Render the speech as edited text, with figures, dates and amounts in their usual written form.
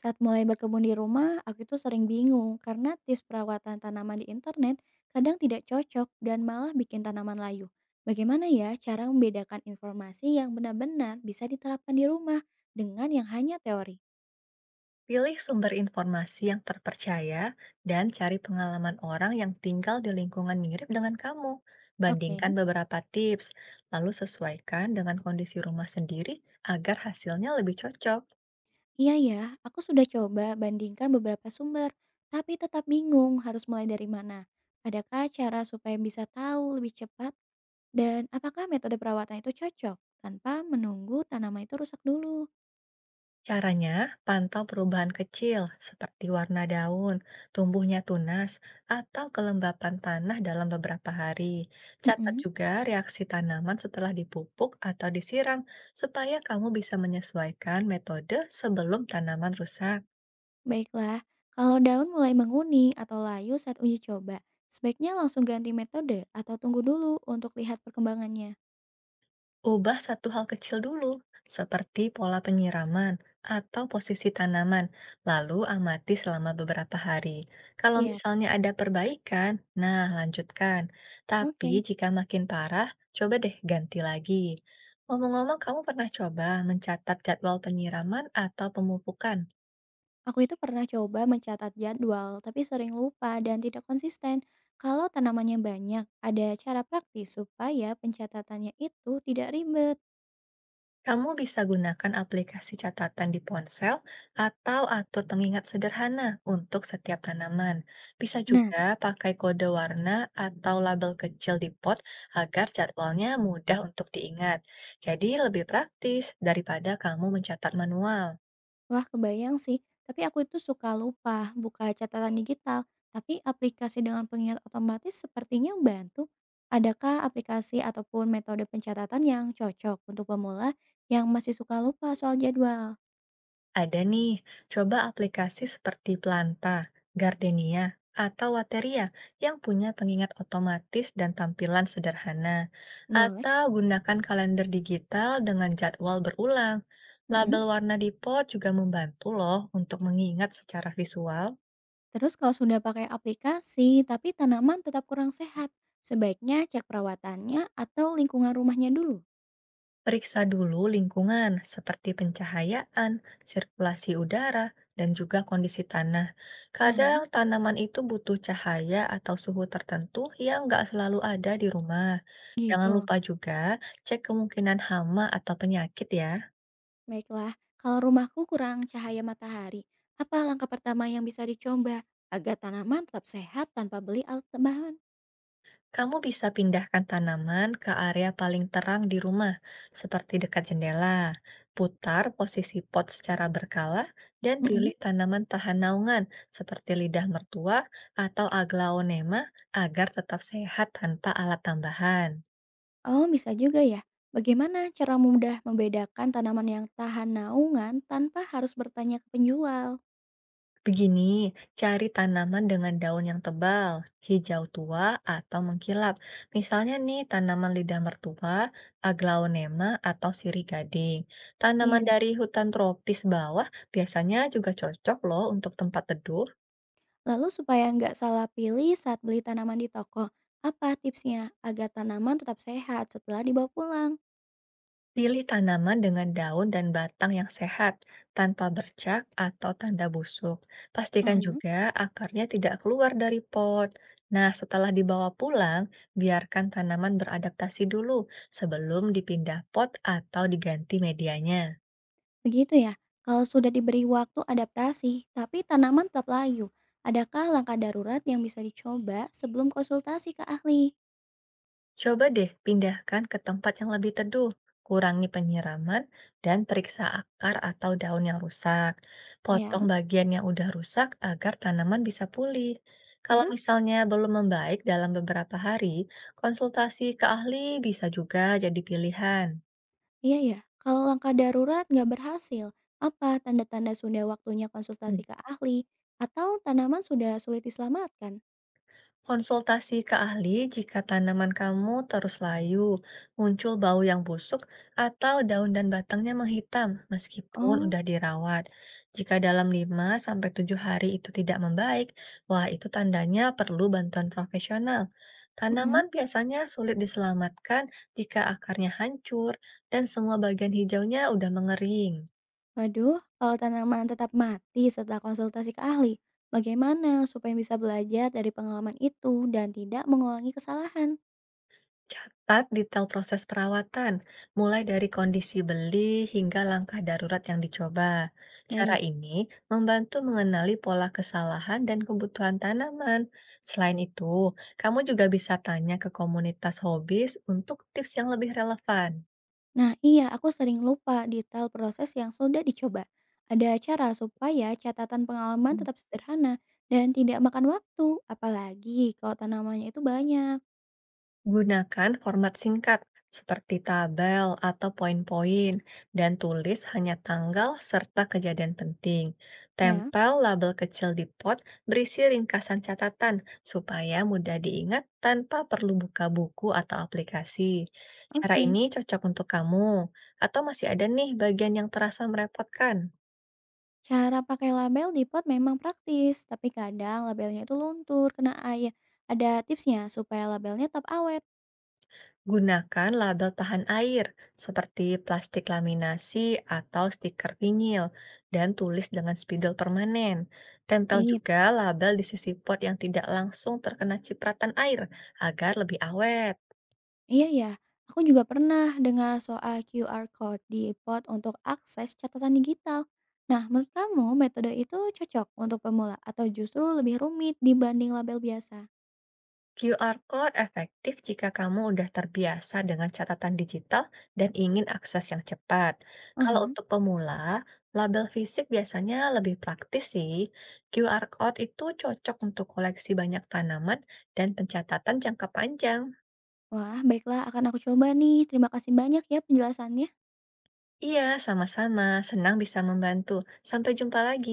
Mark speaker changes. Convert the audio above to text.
Speaker 1: Saat mulai berkebun di rumah, aku itu sering bingung karena tips perawatan tanaman di internet kadang tidak cocok dan malah bikin tanaman layu. Bagaimana ya cara membedakan informasi yang benar-benar bisa diterapkan di rumah dengan yang hanya teori?
Speaker 2: Pilih sumber informasi yang terpercaya dan cari pengalaman orang yang tinggal di lingkungan mirip dengan kamu.
Speaker 1: Oke,
Speaker 2: Bandingkan beberapa tips, lalu sesuaikan dengan kondisi rumah sendiri agar hasilnya lebih cocok.
Speaker 1: iya ya, aku sudah coba bandingkan beberapa sumber, tapi tetap bingung harus mulai dari mana. Adakah cara supaya bisa tahu lebih cepat dan apakah metode perawatan itu cocok tanpa menunggu tanaman itu rusak dulu?
Speaker 2: Caranya, pantau perubahan kecil seperti warna daun, tumbuhnya tunas, atau kelembapan tanah dalam beberapa hari. Catat
Speaker 1: Mm-mm.
Speaker 2: juga reaksi tanaman setelah dipupuk atau disiram, supaya kamu bisa menyesuaikan metode sebelum tanaman rusak.
Speaker 1: Baiklah, kalau daun mulai menguning atau layu saat uji coba, sebaiknya langsung ganti metode atau tunggu dulu untuk lihat perkembangannya.
Speaker 2: Ubah satu hal kecil dulu, seperti pola penyiraman atau posisi tanaman, lalu amati selama beberapa hari. Kalau
Speaker 1: Siap,
Speaker 2: misalnya ada perbaikan, nah lanjutkan. Tapi
Speaker 1: oke.
Speaker 2: jika makin parah, coba deh ganti lagi. Ngomong-ngomong, kamu pernah coba mencatat jadwal penyiraman atau pemupukan?
Speaker 1: Aku itu pernah coba mencatat jadwal, tapi sering lupa dan tidak konsisten. Kalau tanamannya banyak, ada cara praktis supaya pencatatannya itu tidak ribet.
Speaker 2: Kamu bisa gunakan aplikasi catatan di ponsel atau atur pengingat sederhana untuk setiap tanaman. Bisa
Speaker 1: Nah,
Speaker 2: juga pakai kode warna atau label kecil di pot agar jadwalnya mudah untuk diingat. Jadi lebih praktis daripada kamu mencatat manual.
Speaker 1: wah, kebayang sih. Tapi aku itu suka lupa buka catatan digital. Tapi aplikasi dengan pengingat otomatis sepertinya membantu. Adakah aplikasi ataupun metode pencatatan yang cocok untuk pemula yang masih suka lupa soal jadwal?
Speaker 2: Ada nih, coba aplikasi seperti Planta, Gardenia, atau Wateria yang punya pengingat otomatis dan tampilan sederhana.
Speaker 1: Boleh.
Speaker 2: Atau gunakan kalender digital dengan jadwal berulang.
Speaker 1: Mm-mm.
Speaker 2: Label warna di pot juga membantu loh untuk mengingat secara visual.
Speaker 1: Terus kalau sudah pakai aplikasi tapi tanaman tetap kurang sehat, sebaiknya cek perawatannya atau lingkungan rumahnya dulu.
Speaker 2: Periksa dulu lingkungan seperti pencahayaan, sirkulasi udara, dan juga kondisi tanah. Kadang
Speaker 1: Nah,
Speaker 2: tanaman itu butuh cahaya atau suhu tertentu yang nggak selalu ada di rumah. Jangan
Speaker 1: gitu.
Speaker 2: lupa juga cek kemungkinan hama atau penyakit ya.
Speaker 1: Baiklah, kalau rumahku kurang cahaya matahari, apa langkah pertama yang bisa dicoba agar tanaman tetap sehat tanpa beli alat tambahan?
Speaker 2: Kamu bisa pindahkan tanaman ke area paling terang di rumah, seperti dekat jendela. Putar posisi pot secara berkala dan pilih
Speaker 1: Mm-mm.
Speaker 2: tanaman tahan naungan seperti lidah mertua atau aglaonema agar tetap sehat tanpa alat tambahan.
Speaker 1: Oh, bisa juga ya. Bagaimana cara mudah membedakan tanaman yang tahan naungan tanpa harus bertanya ke penjual?
Speaker 2: Begini, cari tanaman dengan daun yang tebal, hijau tua, atau mengkilap. Misalnya nih, tanaman lidah mertua, aglaonema, atau sirih gading. Tanaman
Speaker 1: Iya.
Speaker 2: dari hutan tropis bawah biasanya juga cocok loh untuk tempat teduh.
Speaker 1: Lalu supaya nggak salah pilih saat beli tanaman di toko, apa tipsnya agar tanaman tetap sehat setelah dibawa pulang?
Speaker 2: Pilih tanaman dengan daun dan batang yang sehat, tanpa bercak atau tanda busuk. Pastikan juga akarnya tidak keluar dari pot. Nah, setelah dibawa pulang, biarkan tanaman beradaptasi dulu sebelum dipindah pot atau diganti medianya.
Speaker 1: Begitu ya, kalau sudah diberi waktu adaptasi, tapi tanaman tetap layu, adakah langkah darurat yang bisa dicoba sebelum konsultasi ke ahli?
Speaker 2: Coba deh pindahkan ke tempat yang lebih teduh, kurangi penyiraman, dan periksa akar atau daun yang rusak. Potong
Speaker 1: Ya,
Speaker 2: bagian yang udah rusak agar tanaman bisa pulih. Kalau
Speaker 1: terus?
Speaker 2: misalnya belum membaik dalam beberapa hari, konsultasi ke ahli bisa juga jadi pilihan.
Speaker 1: Iya ya, kalau langkah darurat nggak berhasil, apa tanda-tanda sudah waktunya konsultasi ke ahli? Atau tanaman sudah sulit diselamatkan?
Speaker 2: Konsultasi ke ahli jika tanaman kamu terus layu, muncul bau yang busuk, atau daun dan batangnya menghitam meskipun
Speaker 1: Oh,
Speaker 2: udah dirawat. Jika dalam 5 sampai 7 hari itu tidak membaik, wah itu tandanya perlu bantuan profesional.
Speaker 1: mm.
Speaker 2: Tanaman biasanya sulit diselamatkan jika akarnya hancur dan semua bagian hijaunya udah mengering.
Speaker 1: Waduh, kalau tanaman tetap mati setelah konsultasi ke ahli, bagaimana supaya bisa belajar dari pengalaman itu dan tidak mengulangi kesalahan?
Speaker 2: Catat detail proses perawatan, mulai dari kondisi beli hingga langkah darurat yang dicoba. Cara
Speaker 1: Baik.
Speaker 2: ini membantu mengenali pola kesalahan dan kebutuhan tanaman. Selain itu, kamu juga bisa tanya ke komunitas hobis untuk tips yang lebih relevan.
Speaker 1: Nah iya, aku sering lupa detail proses yang sudah dicoba. Ada cara supaya catatan pengalaman tetap sederhana dan tidak makan waktu, apalagi kalau tanamannya itu banyak.
Speaker 2: Gunakan format singkat seperti tabel atau poin-poin dan tulis hanya tanggal serta kejadian penting.
Speaker 1: Ya,
Speaker 2: Tempel label kecil di pot berisi ringkasan catatan supaya mudah diingat tanpa perlu buka buku atau aplikasi. Cara
Speaker 1: oke.
Speaker 2: ini cocok untuk kamu, atau masih ada nih bagian yang terasa merepotkan?
Speaker 1: Cara pakai label di pot memang praktis, tapi kadang labelnya itu luntur, kena air. Ada tipsnya supaya labelnya tetap awet.
Speaker 2: Gunakan label tahan air seperti plastik laminasi atau stiker vinil dan tulis dengan spidol permanen. Tempel
Speaker 1: Sip.
Speaker 2: juga label di sisi pot yang tidak langsung terkena cipratan air agar lebih awet.
Speaker 1: Iya ya, aku juga pernah dengar soal QR Code di pot untuk akses catatan digital. Nah, menurut kamu metode itu cocok untuk pemula atau justru lebih rumit dibanding label biasa?
Speaker 2: QR Code efektif jika kamu udah terbiasa dengan catatan digital dan ingin akses yang cepat. Kalau
Speaker 1: Aha.
Speaker 2: untuk pemula, label fisik biasanya lebih praktis sih. QR Code itu cocok untuk koleksi banyak tanaman dan pencatatan jangka panjang.
Speaker 1: Wah, baiklah akan aku coba nih. Terima kasih banyak ya penjelasannya.
Speaker 2: Iya, sama-sama. Senang bisa membantu. Sampai jumpa lagi.